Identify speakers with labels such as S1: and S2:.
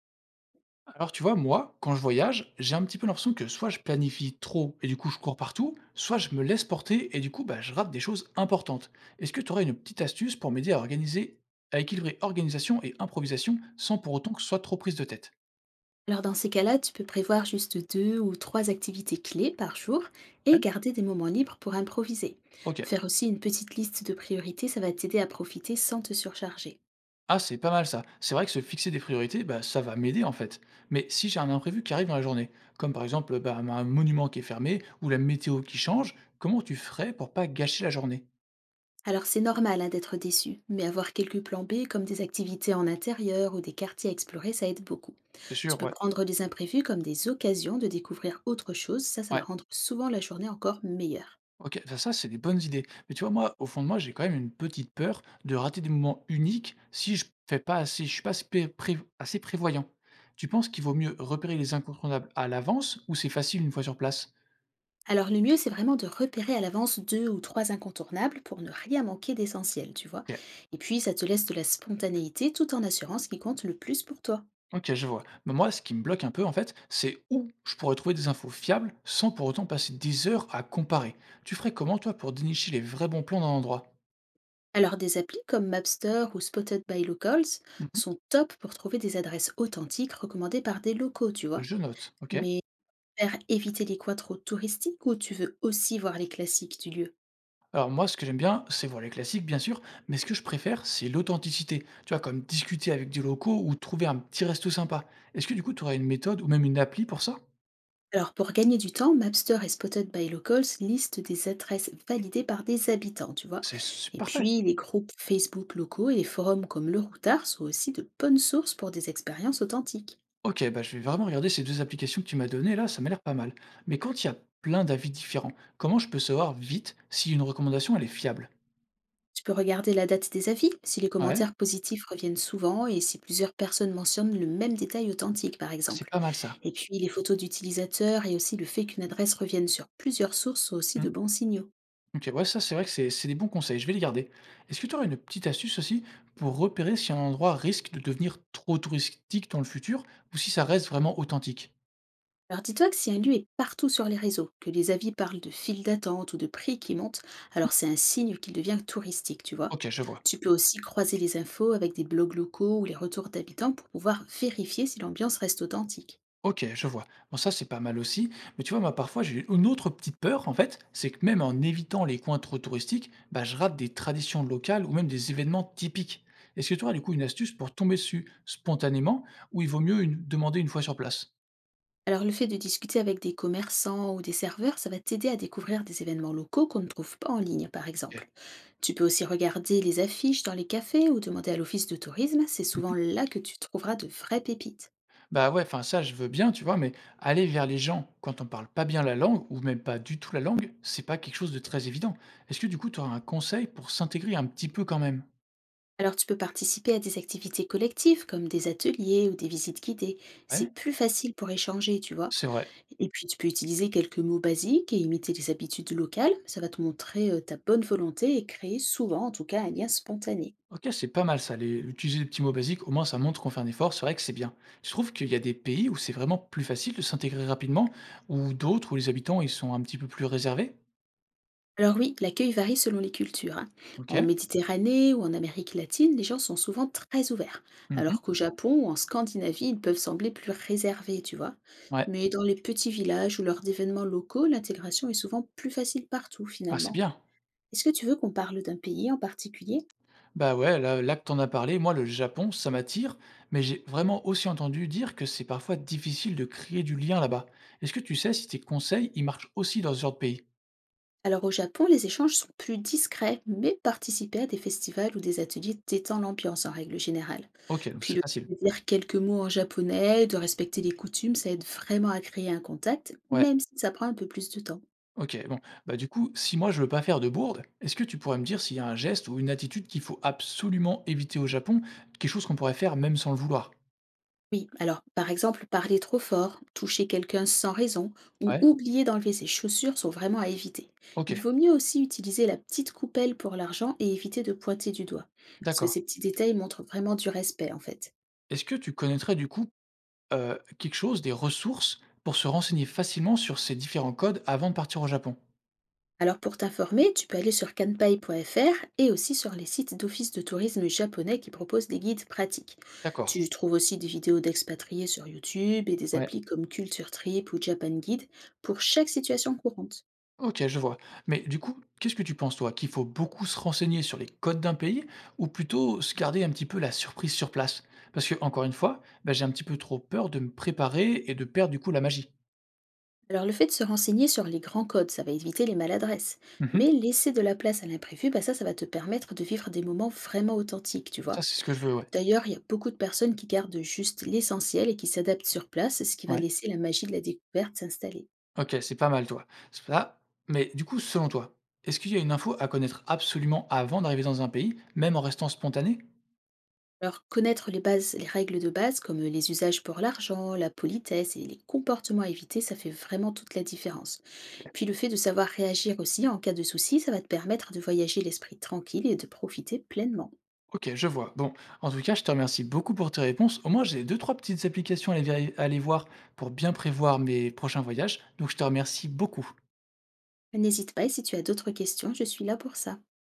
S1: Alors tu vois, moi, quand je voyage, j'ai un petit peu l'impression que soit je planifie trop et du coup je cours partout, soit je me laisse porter et du coup bah, je rate des choses importantes. Est-ce que tu aurais une petite astuce pour m'aider à organiser, à équilibrer organisation et improvisation sans pour autant que ce soit trop prise de tête?
S2: Alors dans ces cas-là, tu peux prévoir juste deux ou trois activités clés par jour et
S1: Ouais.
S2: garder des moments libres pour improviser.
S1: Ok.
S2: Faire aussi une petite liste de priorités, ça va t'aider à profiter sans te surcharger.
S1: Ah, c'est pas mal ça. C'est vrai que se fixer des priorités, bah, ça va m'aider en fait. Mais si j'ai un imprévu qui arrive dans la journée, comme par exemple bah, un monument qui est fermé ou la météo qui change, comment tu ferais pour pas gâcher la journée?
S2: Alors c'est normal hein, d'être déçu, mais avoir quelques plans B comme des activités en intérieur ou des quartiers à explorer, ça aide beaucoup.
S1: C'est
S2: Tu
S1: sûr,
S2: peux
S1: ouais.
S2: prendre les imprévus comme des occasions de découvrir autre chose, ça ça va
S1: Ouais.
S2: rendre souvent la journée encore meilleure.
S1: OK, ça ça, c'est des bonnes idées. Mais tu vois, moi, au fond de moi, j'ai quand même une petite peur de rater des moments uniques si je fais pas assez, je suis pas assez, assez prévoyant. Tu penses qu'il vaut mieux repérer les incontournables à l'avance ou c'est facile une fois sur place?
S2: Alors le mieux, c'est vraiment de repérer à l'avance deux ou trois incontournables pour ne rien manquer d'essentiel, tu vois.
S1: Ok,
S2: Et puis, ça te laisse de la spontanéité tout en assurant ce qui compte le plus pour toi.
S1: ok, je vois. Mais moi, ce qui me bloque un peu, en fait, c'est où je pourrais trouver des infos fiables sans pour autant passer des heures à comparer. Tu ferais comment, toi, pour dénicher les vrais bons plans d'un endroit?
S2: Alors des applis comme Mapster ou Spotted by Locals
S1: Mhm.
S2: sont top pour trouver des adresses authentiques recommandées par des locaux, tu vois.
S1: Je note, ok.
S2: Mais faire éviter les coins trop touristiques, ou tu veux aussi voir les classiques du lieu?
S1: Alors moi, ce que j'aime bien, c'est voir les classiques, bien sûr, mais ce que je préfère, c'est l'authenticité. Tu vois, comme discuter avec des locaux ou trouver un petit resto sympa. Est-ce que du coup, tu aurais une méthode ou même une appli pour ça?
S2: Alors pour gagner du temps, Mapster et Spotted by Locals listent des adresses validées par des habitants, tu vois.
S1: C'est
S2: Et
S1: parfait.
S2: puis les groupes Facebook locaux et les forums comme Le Routard sont aussi de bonnes sources pour des expériences authentiques.
S1: Ok, bah, je vais vraiment regarder ces deux applications que tu m'as données là, ça m'a l'air pas mal. Mais quand il y a plein d'avis différents, comment je peux savoir vite si une recommandation elle est fiable?
S2: Tu peux regarder la date des avis, si les
S1: Ouais.
S2: commentaires positifs reviennent souvent et si plusieurs personnes mentionnent le même détail authentique, par
S1: Ah, c'est
S2: exemple.
S1: pas mal ça.
S2: Et puis les photos d'utilisateurs et aussi le fait qu'une adresse revienne sur plusieurs sources sont aussi de bons signaux.
S1: OK, ouais, ça, c'est vrai que c'est des bons conseils, je vais les garder. Est-ce que tu aurais une petite astuce aussi pour repérer si un endroit risque de devenir trop touristique dans le futur ou si ça reste vraiment authentique?
S2: Alors dis-toi que si un lieu est partout sur les réseaux, que les avis parlent de files d'attente ou de prix qui montent, alors c'est un signe qu'il devient touristique, tu vois.
S1: OK, je vois.
S2: Tu peux aussi croiser les infos avec des blogs locaux ou les retours d'habitants pour pouvoir vérifier si l'ambiance reste authentique.
S1: OK, je vois. Bon, ça, c'est pas mal aussi. Mais tu vois, moi, parfois, j'ai une autre petite peur, en fait, c'est que même en évitant les coins trop touristiques, bah, je rate des traditions locales ou même des événements typiques. Est-ce que tu aurais du coup une astuce pour tomber dessus spontanément ou il vaut mieux demander une fois sur place?
S2: Alors le fait de discuter avec des commerçants ou des serveurs, ça va t'aider à découvrir des événements locaux qu'on ne trouve pas en ligne, par exemple. Tu peux aussi regarder les affiches dans les cafés ou demander à l'office de tourisme, c'est
S1: OK.
S2: souvent là que tu trouveras de vraies pépites.
S1: Bah, ouais, enfin ça je veux bien, tu vois, mais aller vers les gens quand on parle pas bien la langue ou même pas du tout la langue, c'est pas quelque chose de très évident. Est-ce que du coup tu aurais un conseil pour s'intégrer un petit peu quand même?
S2: Alors tu peux participer à des activités collectives comme des ateliers ou des visites guidées. C'est
S1: Ouais,
S2: plus facile pour échanger, tu vois.
S1: c'est vrai.
S2: Et puis tu peux utiliser quelques mots basiques et imiter les habitudes locales. Ça va te montrer ta bonne volonté et créer souvent, en tout cas, un lien spontané.
S1: OK, c'est pas mal ça, les utiliser des petits mots basiques, au moins ça montre qu'on fait un effort, c'est vrai que c'est bien. Je trouve qu'il y a des pays où c'est vraiment plus facile de s'intégrer rapidement ou d'autres où les habitants ils sont un petit peu plus réservés?
S2: Alors oui, l'accueil varie selon les cultures, hein. En
S1: OK.
S2: Méditerranée ou en Amérique latine, les gens sont souvent très ouverts, alors
S1: Mmh.
S2: qu'au Japon ou en Scandinavie, ils peuvent sembler plus réservés, tu vois.
S1: Ouais.
S2: Mais dans les petits villages ou lors d'événements locaux, l'intégration est souvent plus facile partout,
S1: Ah, c'est
S2: finalement.
S1: bien.
S2: Est-ce que tu veux qu'on parle d'un pays en particulier?
S1: Bah ouais, là là que tu en as parlé, moi le Japon, ça m'attire, mais j'ai vraiment aussi entendu dire que c'est parfois difficile de créer du lien là-bas. Est-ce que tu sais si tes conseils, ils marchent aussi dans ce genre de pays?
S2: Alors au Japon, les échanges sont plus discrets, mais participer à des festivals ou des ateliers détend l'ambiance en règle générale.
S1: Ok, donc
S2: Puis
S1: c'est
S2: le
S1: facile.
S2: fait de dire quelques mots en japonais, de respecter les coutumes, ça aide vraiment à créer un contact,
S1: Ouais,
S2: même si ça prend un peu plus de temps.
S1: ok, bon. Bah du coup, si moi je veux pas faire de bourde, est-ce que tu pourrais me dire s'il y a un geste ou une attitude qu'il faut absolument éviter au Japon, quelque chose qu'on pourrait faire même sans le vouloir?
S2: Oui, alors par exemple, parler trop fort, toucher quelqu'un sans raison ou
S1: Ouais,
S2: oublier d'enlever ses chaussures sont vraiment à éviter.
S1: ok,
S2: Il vaut mieux aussi utiliser la petite coupelle pour l'argent et éviter de pointer du doigt, parce que ces
S1: d'accord.
S2: petits détails montrent vraiment du respect, en fait.
S1: Est-ce que tu connaîtrais du coup quelque chose, des ressources pour se renseigner facilement sur ces différents codes avant de partir au Japon?
S2: Alors pour t'informer, tu peux aller sur kanpai.fr et aussi sur les sites d'offices de tourisme japonais qui proposent des guides pratiques.
S1: D'accord.
S2: Tu trouves aussi des vidéos d'expatriés sur YouTube et des applis
S1: Ouais.
S2: comme Culture Trip ou Japan Guide pour chaque situation courante.
S1: OK, je vois. Mais du coup, qu'est-ce que tu penses, toi? Qu'il faut beaucoup se renseigner sur les codes d'un pays ou plutôt se garder un petit peu la surprise sur place? Parce que, encore une fois, bah, j'ai un petit peu trop peur de me préparer et de perdre du coup la magie.
S2: Alors le fait de se renseigner sur les grands codes, ça va éviter les maladresses.
S1: Mmh.
S2: Mais laisser de la place à l'imprévu, bah ça, ça va te permettre de vivre des moments vraiment authentiques, tu vois.
S1: Ça, c'est ce que je veux, ouais.
S2: D'ailleurs, il y a beaucoup de personnes qui gardent juste l'essentiel et qui s'adaptent sur place, ce qui va
S1: Ouais.
S2: laisser la magie de la découverte s'installer.
S1: OK, c'est pas mal, toi. C'est ça, mais du coup, selon toi, est-ce qu'il y a une info à connaître absolument avant d'arriver dans un pays, même en restant spontané?
S2: Alors, connaître les bases, les règles de base, comme les usages pour l'argent, la politesse et les comportements à éviter, ça fait vraiment toute la différence. Puis le fait de savoir réagir aussi en cas de souci, ça va te permettre de voyager l'esprit tranquille et de profiter pleinement.
S1: OK, je vois. Bon, en tout cas, je te remercie beaucoup pour tes réponses. Au moins, j'ai deux, trois petites applications à aller, à aller voir pour bien prévoir mes prochains voyages. Donc, je te remercie beaucoup.
S2: N'hésite pas, et si tu as d'autres questions, je suis là pour ça.